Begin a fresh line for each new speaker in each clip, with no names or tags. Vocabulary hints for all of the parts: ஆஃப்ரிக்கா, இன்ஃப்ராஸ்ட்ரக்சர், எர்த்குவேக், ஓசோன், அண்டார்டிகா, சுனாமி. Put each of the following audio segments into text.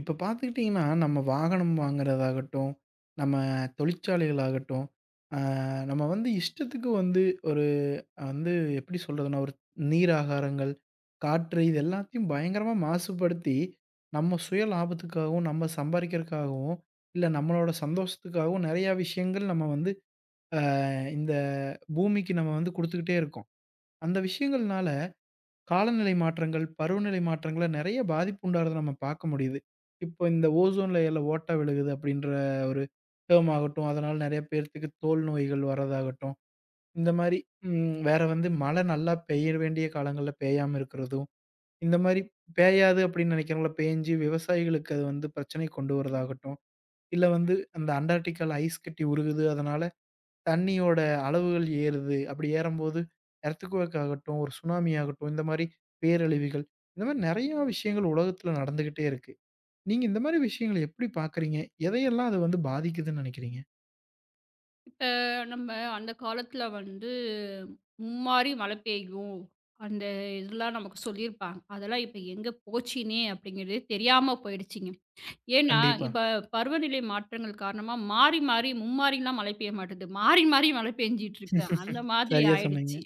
இப்ப பார்த்துக்கிட்டிங்கன்னா, நம்ம வாகனம் வாங்குறதாகட்டும், நம்ம தொழிற்சாலைகளாகட்டும், அ நம்ம வந்து இஷ்டத்துக்கு வந்து ஒரு வந்து எப்படி சொல்றதுன்னா, ஒரு நீர் ஆகாரங்கள், காற்று இது எல்லாத்தையும் பயங்கரமா மாசுபடுத்தி, நம்ம சுய லாபத்துக்காகவும், நம்ம சம்பாரிக்கிறதுக்காகவும், இல்ல நம்மளோட சந்தோஷத்துக்காகவும் நெறையா விஷயங்கள் நம்ம வந்து அ இந்த பூமிக்கு நம்ம வந்து குடுத்துக்கிட்டே இருக்கோம். அந்த விஷயங்கள்னால காலநிலை மாற்றங்கள், பருவநிலை மாற்றங்கள்ல நெறைய பாதிப்பு உண்டாகுறத நம்ம பார்க்க முடியுது. இப்போ இந்த ஓசோன் லேயர்ல ஓட்டை விழுகுது அப்படின்ற ஒரு டெர்ம் ஆகட்டும், அதனால நெறைய பேர்த்துக்கு தோல் நோய்கள் வரதாகட்டும், இந்த மாரி வேற வந்து மழை நல்லா பெய்ய வேண்டிய காலங்கள்ல பெய்யாம இருக்கிறதும், இந்த மாரி பெய்யாது அப்படின்னு நெனைக்கிறவங்கள பேஞ்சு விவசாயிகளுக்கு அது வந்து பிரச்சனை கொண்டு வரதாகட்டும், இல்ல வந்து அந்த அண்டார்டிகால ஐஸ் கட்டி உருகுது. அதனால தண்ணியோட அளவுகள் ஏறுது. அப்படி ஏறம்போது எர்த்குவேக் ஆகட்டும், ஒரு சுனாமி ஆகட்டும், இந்த மாரி பேரழிவுகள், இந்த மாரி நெறையா விஷயங்கள் உலகத்துல நடந்துகிட்டே இருக்கு. நீங்க இந்த மாரி விஷயங்கள எப்படி பார்க்குறீங்க? எதையெல்லாம் அது வந்து பாதிக்குதுன்னு நெனைக்கிறீங்க?
இப்ப நம்ம அந்த காலத்துல வந்து மும்மாரி மழை பெய்யும். அந்த இதெல்லாம் நமக்கு சொல்லியிருப்பாங்க. அதெல்லாம் இப்ப எங்க போச்சுன்னே அப்படிங்கிறதே தெரியாம போயிடுச்சுங்க. ஏன்னா,
கண்டிப்பா.
இப்ப பருவநிலை மாற்றங்கள் காரணமா மாறி, மாறி மும்மாரிலாம் மழை பெய்ய மாட்டேங்குது. மாறி, மாறி மழை பெஞ்சிட்டு இருக்கு. அந்த மாதிரி
சரியா சொன்னீங்க.
ஆயிடுச்சு.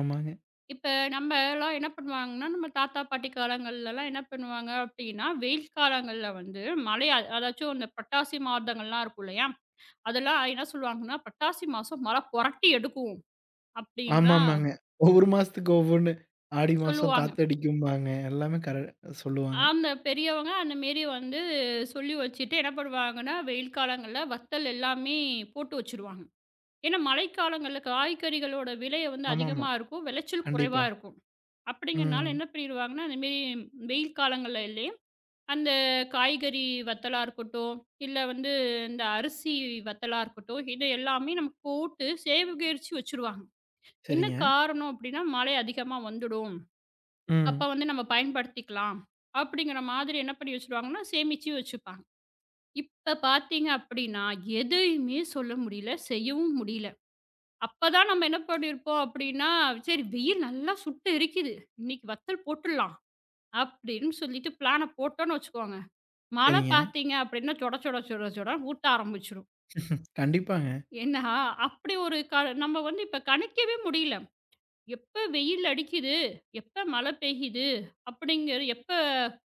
ஆமாங்க.
இப்ப நம்மலாம் என்ன பண்ணுவாங்கன்னா, நம்ம தாத்தா, பாட்டி காலங்கள்லலாம் என்ன பண்ணுவாங்க அப்படின்னா, வெயில் காலங்கள்ல வந்து மழை அதாச்சும் இந்த புரட்டாசி மாதங்கள்லாம் இருக்கும் இல்லையா? அதெல்லாம் என்ன சொல்லுவாங்கன்னா, "பட்டாசி மாசம் மரம் பொரட்டி எடுக்கும்" அப்படின்லாம்
ஆமாமாங்க. ஒவ்வொரு மாசத்துக்கு ஒவ்வொன்னு. ஆடி மாசம்
சொல்லுவாங்க.
காத்தடிக்கும்பாங்க. எல்லாமே சொல்லுவாங்க.
அந்த பெரியவங்க அந்த மேரி வந்து சொல்லி வச்சுட்டு என்ன பண்ணுவாங்கன்னா, வெயில் காலங்கள்ல வத்தல் எல்லாமே போட்டு வச்சுருவாங்க. ஏன்னா, மழைக்காலங்கள்ல காய்கறிகளோட விலைய வந்து
ஆமாமா.
அதிகமா இருக்கும். விளைச்சல்
கண்டிப்பா.
குறைவா இருக்கும். அப்படிங்கிறனால
ம்.
என்ன பண்ணிருவாங்கன்னா, அந்த மேரி வெயில் காலங்கள்லலே அந்த காய்கறி வத்தலா இருக்கட்டும், இல்ல வந்து இந்த அரிசி வத்தலா இருக்கட்டும், இது எல்லாமே நமக்கு போட்டு சேகரிச்சு வச்சுருவாங்க. என்ன
சரிங்க.
காரணம் அப்படின்னா, மழை அதிகமா வந்துடும். அப்ப
ம்.
வந்து நம்ம பயன்படுத்திக்கலாம். அப்படிங்கிற மாதிரி என்ன பண்ணி வச்சுருவாங்கன்னா, சேமிச்சு வச்சுப்பாங்க. இப்ப பார்த்தீங்க அப்படின்னா, எதையுமே சொல்ல முடியல. செய்யவும் முடியல. அப்பதான் நம்ம என்ன பண்ணியிருப்போம் அப்படின்னா, சரி வெயில் நல்லா சுட்டு எரிக்குது. இன்னைக்கு வத்தல் போட்டுடலாம். அப்படின்னு சொல்லிட்டு பிளான போட்டோம்னு வச்சுக்கோங்க. மழை
சரிங்க.
பார்த்தீங்க அப்படின்னா, சொட சொட சொட சொடன்னு ஊத்த ஆரம்பிச்சுரும்.
கண்டிப்பாங்க.
ஏன்னா, அப்படி ஒரு க நம்ம வந்து இப்ப கணிக்கவே முடியல. எப்ப வெயில் அடிக்குது, எப்ப மழை பெய்யுது, அப்படிங்கிற எப்ப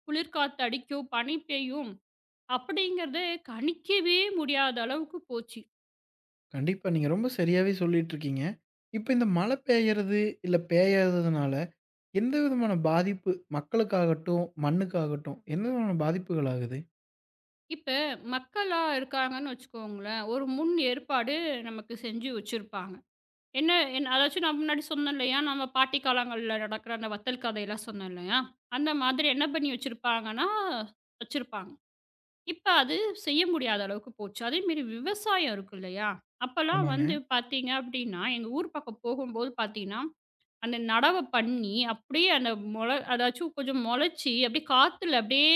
குளிர்காத்து அடிக்கும், பனி பெய்யும் அப்படிங்கிறத கணிக்கவே முடியாத அளவுக்கு போச்சு.
கண்டிப்பா. நீங்க ரொம்ப சரியாவே சொல்லிட்டுருக்கீங்க. இப்ப இந்த மழை பெய்யறது, இல்ல பெய்யாததுனால எந்த விதமான பாதிப்பு மக்களுக்காகட்டும், மண்ணுக்காகட்டும் எந்த விதமான பாதிப்புகள் ஆகுது?
இப்ப மக்களா இருக்காங்கன்னு வச்சுக்கோங்களேன், ஒரு முன் ஏற்பாடு நமக்கு செஞ்சு வச்சிருப்பாங்க. என்ன என் அதாச்சும் நான் முன்னாடி சொன்னேன் இல்லையா, நம்ம பாட்டி காலங்கள்ல நடக்கிற அந்த வத்தல் கதையெல்லாம் சொன்னேன் இல்லையா, அந்த மாதிரி என்ன பண்ணி வச்சிருப்பாங்கன்னா, வச்சிருப்பாங்க. இப்ப அது செய்ய முடியாத அளவுக்கு போச்சு. அதேமாரி விவசாயம் இருக்கு இல்லையா? அப்பலாம் வந்து
ஆமாங்க.
பார்த்தீங்க அப்டின்னா, எங்க ஊர் பக்கம் போகும்போது பார்த்தீங்கன்னா, அந்த நடவு பண்ணி, அப்படியே அந்த மொள அதாச்சும் கொஞ்சம் மொளச்சு, அப்படியே காத்துல அப்படியே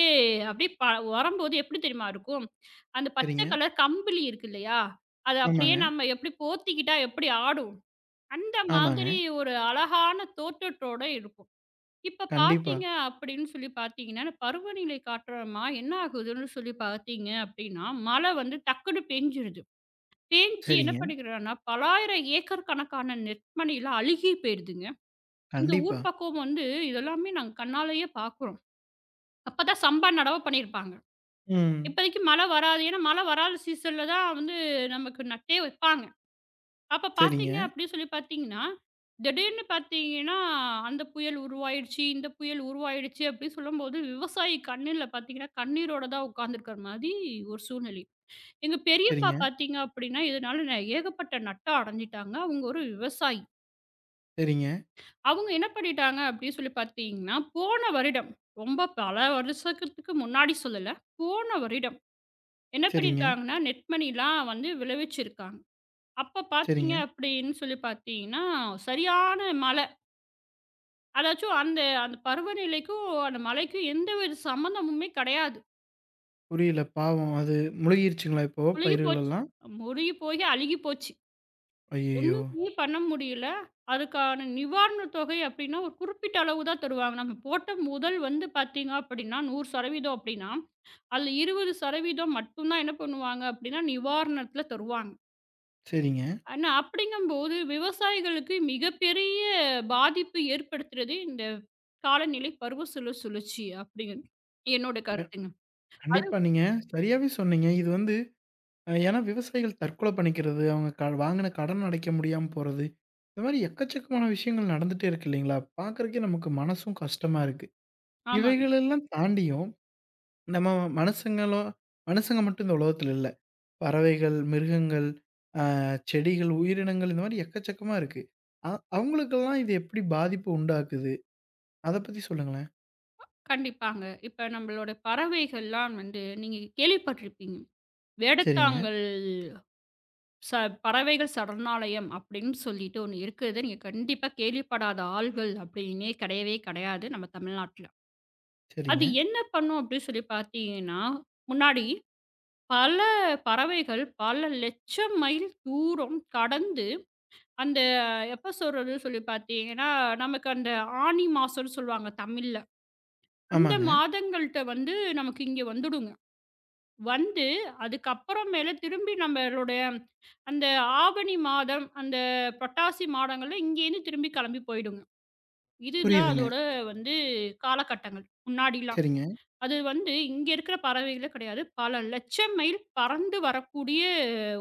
அப்படியே ப வரும்போது எப்படி தெரியுமா இருக்கும்? அந்த பச்சை
சரிங்க.
கலர் கம்பளி இருக்கு இல்லையா? அத அப்படியே
ஆமாங்க.
நம்ம எப்படி போத்திக்கிட்டா எப்படி ஆடும்? அந்த
ஆமாங்க.
மாதிரி ஒரு அழகான தோற்றத்தோட இருக்கும். இப்ப
கண்டிப்பா.
பார்த்தீங்க அப்படின்னு சொல்லி பார்த்தீங்கன்னா, இந்த பருவநிலை காற்றமா என்ன ஆகுதுன்னு சொல்லி பார்த்தீங்க அப்படின்னா, மழை வந்து டக்குன்னு பெஞ்சிருது. பேஞ்சு என்ன
சரிங்க.
பண்ணிக்கிறான்னா, பலாயிரம் ஏக்கர் கணக்கான நெற்மணிலாம் அழுகி போயிருதுங்க. எங்க
கண்டிப்பா.
ஊர் பக்கம் வந்து இதெல்லாமே நாங்க கண்ணாலேயே பார்க்குறோம். அப்பதான் சம்பா நடவு பண்ணியிருப்பாங்க.
ம்.
இப்போதைக்கு மழை வராது. ஏன்னா மழை வராத சீசன்ல தான் வந்து நமக்கு நட்டே வைப்பாங்க. அப்ப
சரிங்க.
பார்த்தீங்க அப்படின்னு சொல்லி பார்த்தீங்கன்னா, திடீர்னு பார்த்தீங்கன்னா, அந்த புயல் உருவாயிடுச்சு, இந்த புயல் உருவாயிடுச்சு அப்படின்னு சொல்லும்போது, விவசாயி கண்ணுல பார்த்தீங்கன்னா, கண்ணீரோட தான் உட்கார்ந்துருக்கிற மாரி ஒரு சூழ்நிலை. எங்க பெரியப்பா
சரிங்க.
பார்த்தீங்க அப்படின்னா, இதனால ஏகப்பட்ட நட்டம் அடைஞ்சிட்டாங்க. அவங்க ஒரு விவசாயி.
சரிங்க.
அவங்க என்ன பண்ணிட்டாங்க அப்படின்னு சொல்லி பார்த்தீங்கன்னா, போன வருடம் ரொம்ப பல வருஷத்துக்கு முன்னாடி சொல்லல, போன வருடம் என்ன
சரிங்க.
பண்ணியிருக்காங்கன்னா, நெற்மணிலாம் வந்து விளைவிச்சிருக்காங்க. அப்ப பார்த்தீங்க
சரிங்க.
அப்படின்னு சொல்லி பார்த்தீங்கன்னா, சரியான மழை. அதாச்சும் அந்த அந்த பருவநிலைக்கும், அந்த மழைக்கும் எந்த ஒரு சம்மந்தமுமே கிடையாது.
புரியல. பாவம் அது முழுகிருச்சுங்களா இப்போ
முழுகி
பயிர்கள்
போச்சு.
எல்லாம்?
முழுகி போய் அழுகி போச்சு.
ஐயய்யோ!
ஒண்ணுமே பண்ண முடியல. அதுக்கான நிவாரண தொகை அப்படின்னா, ஒரு குறிப்பிட்ட அளவு தான் தருவாங்க. நம்ம போட்ட முதல் வந்து பார்த்தீங்க அப்படின்னா, 100% அப்படின்னா, அதில 20% மட்டும் தான் என்ன பண்ணுவாங்க அப்படின்னா, நிவாரணத்தில தருவாங்க.
சரிங்க.
ஆனா, அப்படிங்கும்போது விவசாயிகளுக்கு மிகப்பெரிய பாதிப்பு ஏற்படுத்துறது இந்த காலநிலை பருவ சுழற்சி அப்படிங்கிறது என்னோட கருத்துங்க.
கண்டிப்பா நீங்க சரியாவே சொன்னீங்க. இது வந்து ஏன்னா விவசாயிகள் தற்கொலை பண்ணிக்கிறது, அவங்க வாங்கின கடன் அடைக்க முடியாம போறது, இந்த மாரி எக்கச்சக்கமான விஷயங்கள் நடந்துட்டே இருக்கு இல்லைங்களா? பார்க்கறக்கே நமக்கு மனசும் கஷ்டமா இருக்கு.
ஆமாங்க.
இவைகளெல்லாம் தாண்டியும் நம்ம மனுஷங்களோ மனுஷங்க மட்டும் இந்த உலகத்துல இல்ல. பறவைகள், மிருகங்கள், அ செடிகள், உயிரினங்கள் இந்த மாரி எக்கச்சக்கமா இருக்கு. அ அவங்களுக்கெல்லாம் இது எப்படி பாதிப்பு உண்டாக்குது? அத பத்தி சொல்லுங்களேன்.
கண்டிப்பாங்க. இப்ப நம்மளோட பறவைகள்லாம் வந்து நீங்க கேள்விப்பட்டிருப்பீங்க.
சரிங்க,
வேடத்தாங்கல் ச பறவைகள் சரணாலயம் அப்படின்னு சொல்லிட்டு ஒண்ணு இருக்குது. நீங்க கண்டிப்பா கேள்விப்படாத ஆள்கள் அப்படின்னே கிடையவே கிடையாது நம்ம தமிழ்நாட்ல. அது
சரிங்க.
என்ன பண்ணும் அப்படின்னு சொல்லி பார்த்தீங்கன்னா, முன்னாடி பல பறவைகள் பல லட்சம் மைல் தூரம் கடந்து அந்த எப்ப சொல்றதுன்னு சொல்லி பார்த்தீங்கன்னா, நமக்கு அந்த ஆனி மாசம்ன்னு சொல்லுவாங்க தமிழ்ல. அந்த
ஆமாங்க.
மாதங்கள்ட்ட வந்து நமக்கு இங்க வந்துடுங்க. வந்து அதுக்கப்புறமேல திரும்பி நம்மளுடைய அந்த ஆவணி மாதம், அந்த புரட்டாசி மாதங்கள்ல இங்கேருந்து திரும்பி கிளம்பி போயிடுங்க. இதுதான்
புரியுதுங்க.
அதோட வந்து காலகட்டங்கள். முன்னாடிலாம்.
சரிங்க.
அது வந்து இங்க இருக்கிற பறவைகளே கிடையாது. பல லட்சம் மைல் பறந்து வரக்கூடிய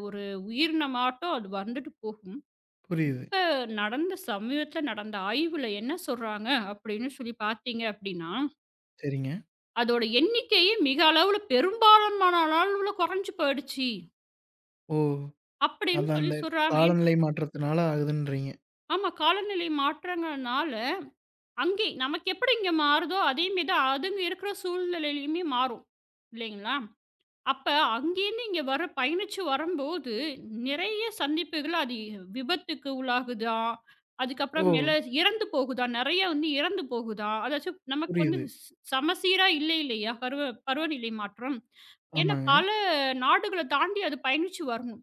ஒரு உயிரினமாட்டம் அது வந்துட்டு போகும்.
புரியுது.
இப்ப சமீபத்துல நடந்த ஆய்வுல என்ன சொல்றாங்க அப்படின்னு சொல்லி பார்த்தீங்க அப்படின்னா,
சரிங்க.
அதோட எண்ணிக்கையே மிக அளவுல பெரும்பாலான அளவுல குறைஞ்சு போயிடுச்சு.
ஓ!
அப்படின்னு
அது
சொல்லி
அந்த
சொல்றாங்க.
காலநிலை மாற்றத்தினால ஆகுதுன்றீங்க.
ஆமா காலநிலை மாற்றங்கள்னால, அங்கே நமக்கு எப்படி இங்க மாறுதோ அதே மாரி தான் அதுங்க இருக்கிற சூழ்நிலையிலயுமே மாறும். இல்லைங்களா? அப்ப அங்கேருந்து இங்க வர பயணிச்சு வரம்போது, நிறைய சந்திப்புகள் அது விபத்துக்கு உள்ளாகுதா?
ஓ!
அதுக்கப்புறமேல இறந்து போகுதா? நெறைய வந்து இறந்து போகுதா? அதாச்சும் நமக்கு வந்து
புரியுது.
சமசீரா இல்ல இல்லையா? பருவநிலை மாற்றம். ஏன்னா
ஆமாங்க.
பல நாடுகள தாண்டி அது பயணிச்சு வரணும்.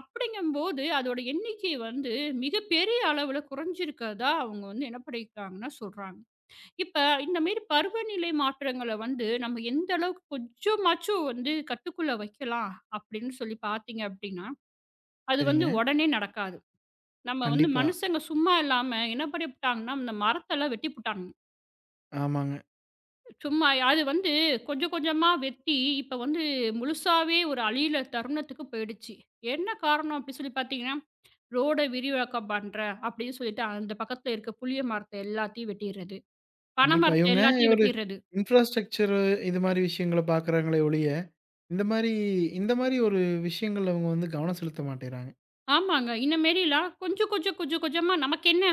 அப்படிங்கும்போது அதோட எண்ணிக்கை வந்து மிகப்பெரிய அளவுல குறைஞ்சிருக்கிறதா அவங்க வந்து என்ன பண்ணியிருக்காங்கன்னா சொல்றாங்க. இப்ப இந்த மாரி பருவநிலை மாற்றங்கள வந்து நம்ம எந்த அளவுக்கு கொஞ்சமாச்சும் வந்து கட்டுக்குள்ள வைக்கலாம் அப்படின்னு சொல்லி பார்த்தீங்க அப்படின்னா, அது வந்து
சரிங்க.
உடனே நடக்காது. நம்ம வந்து
கண்டிப்பா.
மனுஷங்க சும்மா இல்லாம என்ன பண்ணிப்புட்டாங்கன்னா, இந்த மரத்தெல்லாம் வெட்டிப்புட்டாங்க.
ஆமாங்க.
சும்மா அது வந்து கொஞ்சம் கொஞ்சமா வெட்டி, இப்ப வந்து முழுசாவே ஒரு அழியிற தருணத்துக்கு போயிடுச்சு. என்ன காரணம் அப்படி சொல்லி பார்த்தீங்கன்னா, ரோட விரிவாக்கம் பண்றேன் அப்படின்னு சொல்லிட்டு, அந்த பக்கத்துல இருக்க புளிய மரத்த எல்லாத்தையும் வெட்டிர்றது. பனை
கண்டிப்பா.
மரத்த
இவங்க
எல்லாத்தையும்
ஒரு
வெட்டிர்றது.
இன்ஃப்ராஸ்ட்ரக்சர் இது மாரி விஷயங்கள பார்க்குறாங்களே ஒழிய, இந்த மாரி இந்த மாரி ஒரு விஷயங்கள்ல அவங்க வந்து கவனம் செலுத்த மாட்டேங்கிறாங்க.
ஆமாங்க. இந்த மேரிலாம் கொஞ்சம் கொஞ்சம் கொஞ்சம் கொஞ்சமா நமக்கென்ன?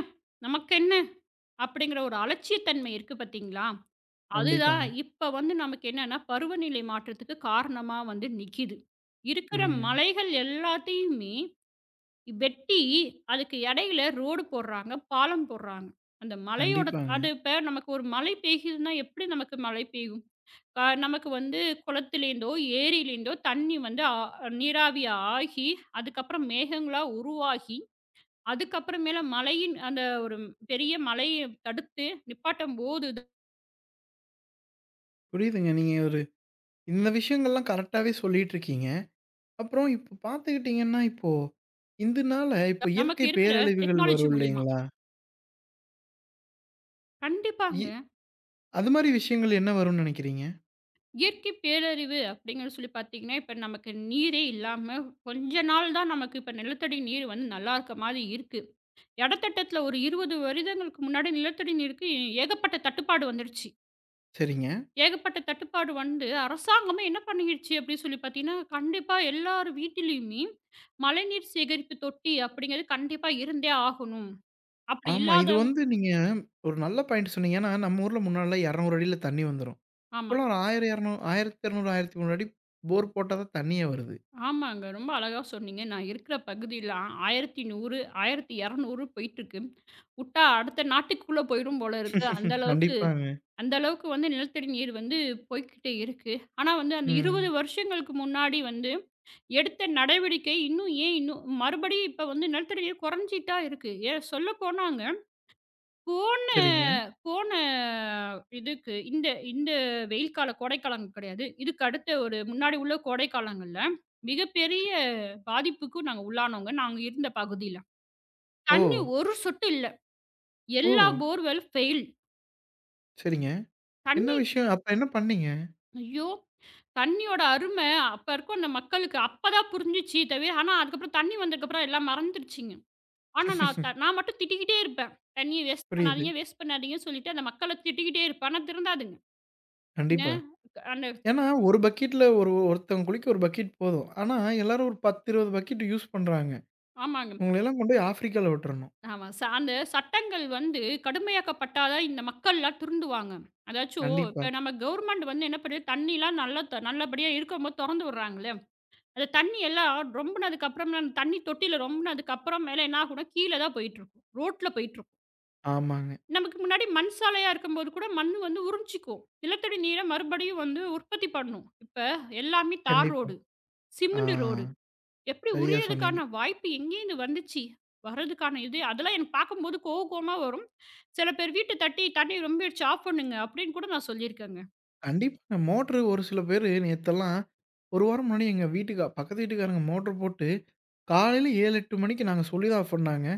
நமக்கென்ன? அப்படிங்கிற ஒரு அலட்சியத்தன்மை இருக்கு பார்த்தீங்களா? அதுதான்
கண்டிப்பாங்க.
இப்ப வந்து நமக்கு என்னன்னா, பருவநிலை மாற்றத்துக்கு காரணமா வந்து நிக்கிது. இருக்கிற
ம்.
மலைகள் எல்லாத்தையுமே வெட்டி, அதுக்கு இடையில ரோடு போடுறாங்க, பாலம் போடுறாங்க. அந்த மலையோட
கண்டிப்பாங்க.
அது இப்ப நமக்கு ஒரு மழை பெய்யுதுன்னா, எப்படி நமக்கு மழை பெய்யும்? நமக்கு வந்து குளத்திலேருந்தோ, ஏரியிலேருந்தோ தண்ணி வந்து நீராவி ஆகி, அதுக்கப்புறம் மேகங்களா உருவாகி அதுக்கப்புறமேல மழையின் அந்த ஒரு பெரிய மழைய தடுத்து நிப்பாட்டும்போது தான்
புரியுதுங்க. நீங்க ஒரு இந்த விஷயங்கள்லாம் கரெக்டாவே சொல்லிட்டு இருக்கீங்க. அப்புறம் இப்ப பார்த்துக்கிட்டீங்கன்னா, இப்போ இதனால இப்போ
நமக்கு
இயற்கை
இருக்கிற
பேரழிவுகள்
டெக்னாலஜி
வரும்
மூலியமா.
இல்லைங்களா? இ
கண்டிப்பாங்க.
அது மாரி விஷயங்கள் என்ன வரும்னு நினைக்கிறீங்க?
இயற்கை பேரறிவு அப்படிங்கன்னு சொல்லி பார்த்தீங்கன்னா, இப்ப நமக்கு நீரே இல்லாம கொஞ்ச நாள் தான் நமக்கு இப்ப நிலத்தடி நீர் வந்து நல்லா இருக்க மாரி இருக்கு. எடத்திட்டத்துல ஒரு 20 வருடங்களுக்கு முன்னாடி நிலத்தடி நீருக்கு ஏகப்பட்ட தட்டுப்பாடு வந்துருச்சு.
சரிங்க.
ஏகப்பட்ட தட்டுப்பாடு வந்து அரசாங்கமே என்ன பண்ணிடுச்சு அப்படின்னு சொல்லி பார்த்தீங்கன்னா, கண்டிப்பா எல்லார் வீட்டிலயுமே மழைநீர் சேகரிப்பு தொட்டி அப்படிங்கிறது கண்டிப்பா இருந்தே ஆகணும். அப்படி
ஆமா. இது
இல்லாதவங்க
வந்து நீங்க ஒரு நல்ல பாயிண்ட் சொன்னீங்க. ஏன்னா, நம்ம ஊர்ல முன்னாடிலாம் 200 அடியில தண்ணி வந்துரும்.
ஆமா.
இப்போலாம் ஒரு 1000, 200 1200, 1300 அடி போர் போட்டா தான் தண்ணியே வருது.
ஆமாங்க. ரொம்ப அழகா சொன்னீங்க. நான் இருக்கிற பகுதியில 1100, 1200 போயிட்டுருக்கு. வுட்டா அடுத்த நாட்டுக்குள்ள போயிரும் போல இருக்கு. அந்த அளவுக்கு
கண்டிப்பாங்க.
அந்த அளவுக்கு வந்து நிலத்தடி நீர் வந்து போய்க்கிட்டே இருக்கு. ஆனா வந்து அந்த 20
ம்.
வருஷங்களுக்கு முன்னாடி வந்து எடுத்த நடவடிக்கை இன்னும் மறுபடியும் இப்ப வந்து நிலத்தடி நீர் குறைஞ்சிட்டா இருக்கு. ஏன் சொல்லப்போனாங்க போன
சரிங்க.
போன இதுக்கு இந்த இந்த வெயில் கால கோடைக்காலம் கிடையாது. இதுக்கு அடுத்த ஒரு முன்னாடி உள்ள கோடைக்காலங்கள்ல, மிகப்பெரிய பாதிப்புக்கு நாங்க உள்ளானோங்க. நாங்க இருந்த பகுதியில.
ஓ!
தண்ணி ஒரு சொட்டு இல்ல.
ஓ!
எல்லா போர்வெல் ஃபெயில்.
சரிங்க. என்ன
தண்ணி
விஷயம்? அப்ப என்ன பண்ணீங்க?
ஐயோ! தண்ணியோட அரும அப்ப இருக்கும் அந்த மக்களுக்கு. அப்பதான் புரிஞ்சுச்சு தவிர ஆனா அதுக்கப்புறம் தண்ணி வந்ததுக்கப்புறம் எல்லாம் மறந்துருச்சுங்க. ஆனா நான் மட்டும் திட்டிக்கிட்டே இருப்பேன். தண்ணிய வேஸ்ட்
புரியுது.
பண்ணாதீங்க, வேஸ்ட் பண்ணாதீங்கன்னு சொல்லிட்டு அந்த மக்கள திட்டிக்கிட்டே இருப்பேன். ஆனா திருந்தாதுங்க. என்ன
கண்டிப்பா.
அந்த
ஏன்னா, ஒரு பக்கெட்ல ஒரு ஒருத்தவங்க குளிக்க ஒரு பக்கெட் போதும். ஆனா, எல்லாரும் ஒரு 10, 20 பக்கெட் யூஸ் பண்றாங்க.
ஆமாங்க.
உங்களயெல்லாம் கொண்டு போய் ஆஃப்ரிக்கால விட்டுறணும்.
ஆமா. அந்த சட்டங்கள் வந்து கடுமையாக்கப்பட்டா தான் இந்த மக்கள்லாம் திருந்துவாங்க. அதாச்சும்
கண்டிப்பா.
இப்ப நம்ம கவர்மெண்ட் வந்து என்ன பண்ணுது, தண்ணிலாம் நல்லா த நல்லபடியா இருக்கும்போது தொறந்து விடுறாங்கல்ல. அந்த தண்ணி எல்லாம் ரொம்புனதுக்கு அப்புறம்லாம் அந்த தண்ணி தொட்டியில ரொம்புனதுக்கு அப்புறம் மேல என்ன ஆகும்னா, கீழ தான் போயிட்டுருக்கும். ரோட்ல போயிட்டுருக்கும்.
ஆமாங்க.
நமக்கு முன்னாடி மண் சாலையா இருக்கும்போது கூட மண் வந்து உறிஞ்சிக்கும். நிலத்தடி நீர மறுபடியும் வந்து உற்பத்தி பண்ணும். இப்ப எல்லாமே தார்
கண்டிப்பா.
ரோடு,
ஆ.
Cement road. எப்படி
சரியா சொன்னீங்க.
உரியதுக்கான வாய்ப்பு எங்கேருந்து வந்துச்சு? வர்றதுக்கான இது அதெல்லாம் எனக்கு பார்க்கும்போது கோவமா வரும். சில பேர் வீட்ட தட்டி, "தண்ணி ரொம்பிடுச்சு ஆஃப் பண்ணுங்க" அப்படின்னு கூட நான் சொல்லியிருக்கேங்க.
கண்டிப்பாங்க. மோட்டரு ஒரு சில பேரு நேத்தெல்லாம், ஒரு வாரம் முன்னாடி எங்க வீட்டுக்கா பக்கத்து வீட்டுக்காரங்க மோட்டர் போட்டு, காலையில 7, 8 மணிக்கு நாங்க சொல்லி தான் ஆஃப் பண்ணாங்க.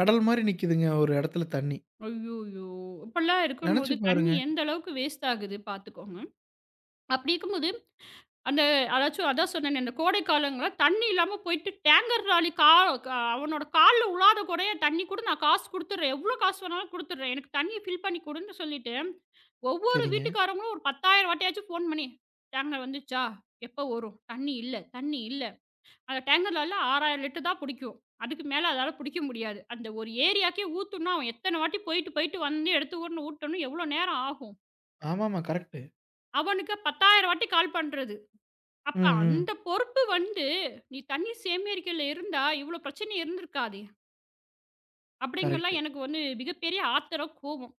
கடல் மாரி நிக்குதுங்க ஒரு இடத்துல தண்ணி.
ஐய்யயோ! இப்படிலாம்
நெனச்சு
இருக்கும்போது
பாருங்க.
தண்ணி எந்த அளவுக்கு வேஸ்ட் ஆகுது பார்த்துக்கோங்க. அப்படி இருக்கும்போது அந்த அதாச்சும் அதான் சொன்னேனே, அந்த கோடை காலங்கள்ல தண்ணி இல்லாம போயிட்டு டேங்கர் லாரி கா க அவனோட கால்ல உழாத குறைய தண்ணி கூட நான் காசு குடுத்துடுறேன். எவ்வளோ காசு வேணாலும் குடுத்துடுறேன். எனக்கு தண்ணிய ஃபில் பண்ணி குடுன்னு சொல்லிட்டு, ஒவ்வொரு
சரிங்க.
வீட்டுக்காரங்களும் ஒரு 10,000 வாட்டியாச்சும் ஃபோன் பண்ணி, "டேங்கர் வந்துச்சா? எப்போ வரும்? தண்ணி இல்ல, தண்ணி இல்ல." அந்த டேங்கர் லாரில 6,000 லிட்டர் தான் புடிக்கும். அதுக்கு மேல அதால புடிக்க முடியாது. அந்த ஒரு ஏரியாக்கே ஊத்தணும்னா, அவன் எத்தன வாட்டி போயிட்டு, போயிட்டு வந்து எடுத்து ஊர்ன்னு ஊட்டணும் எவ்வளோ நேரம் ஆகும்?
ஆமாமா கரெக்ட்டு.
அவனுக்கு 10,000 வாட்டி கால் பண்றது. அப்ப
ம், ம்.
அந்த பொறுப்பு வந்து, "நீ தண்ணீ சேமியரிக்கையில இருந்தா, இவ்ளோ பிரச்சனை இருந்திருக்காதே!"
கரெக்ட்டு,
அப்படிங்கலாம் எனக்கு வந்து மிகப்பெரிய ஆத்திரம், கோவம்.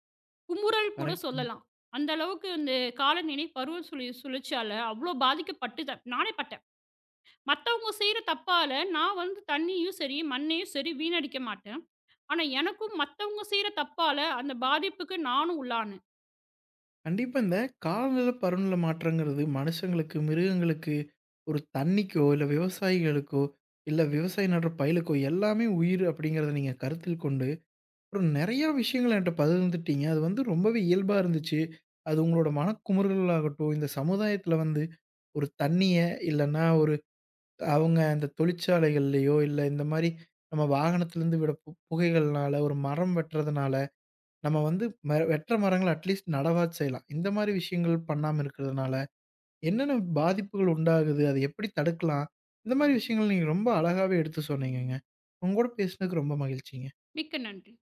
குமுறல் கூட
கரெக்ட்டுங்க.
சொல்லலாம். அந்த அளவுக்கு இந்த காலநிலை பருவ சுழற்சியால அவ்ளோ பாதிக்கப்பட்டுட்டேன். நானே பட்டேன். மத்தவங்க செய்ற தப்பால, நான் வந்து தண்ணியும் சரி, மண்ணையும் சரி வீணடிக்க மாட்டேன். ஆனா எனக்கும் மத்தவங்க செய்ற தப்பால, அந்த பாதிப்புக்கு நானும் உள்ளானேன்.
கண்டிப்பா இந்த காலநிலை பருவநிலை மாற்றங்கிறது மனுஷங்களுக்கு, மிருகங்களுக்கு, ஒரு தண்ணிக்கோ, இல்ல விவசாயிகளுக்கோ, இல்ல விவசாயம் நடுற பயிலுக்கோ எல்லாமே உயிர் அப்படிங்கிறத நீங்க கருத்தில் கொண்டு அப்புறம் நெறையா விஷயங்கள் என்ட்ட பகிர்ந்துட்டீங்க. அது வந்து ரொம்பவே இயல்பா இருந்துச்சு. அது உங்களோட மனக்குமுறல்களாகட்டும், இந்த சமுதாயத்தில வந்து ஒரு தண்ணிய இல்லன்னா ஒரு அவங்க அந்த தொழிற்சாலைகள்லயோ, இல்ல இந்த மாரி நம்ம வாகனத்திலருந்து விட புகைகள்னால, ஒரு மரம் வெட்டுறதுனால, நம்ம வந்து வெட்டுற மரங்கள அட்லீஸ்ட் நடவாது செய்யலாம். இந்த மாரி விஷயங்கள் பண்ணாம இருக்கிறதுனால, என்னென்ன பாதிப்புகள் உண்டாகுது? அத எப்படி தடுக்கலாம்? இந்த மாரி விஷயங்கள் நீங்க ரொம்ப அழகாவே எடுத்து சொன்னீங்கங்க. உங்க கூட பேசினதுக்கு ரொம்ப மகிழ்ச்சிங்க.
மிக்க நன்றி.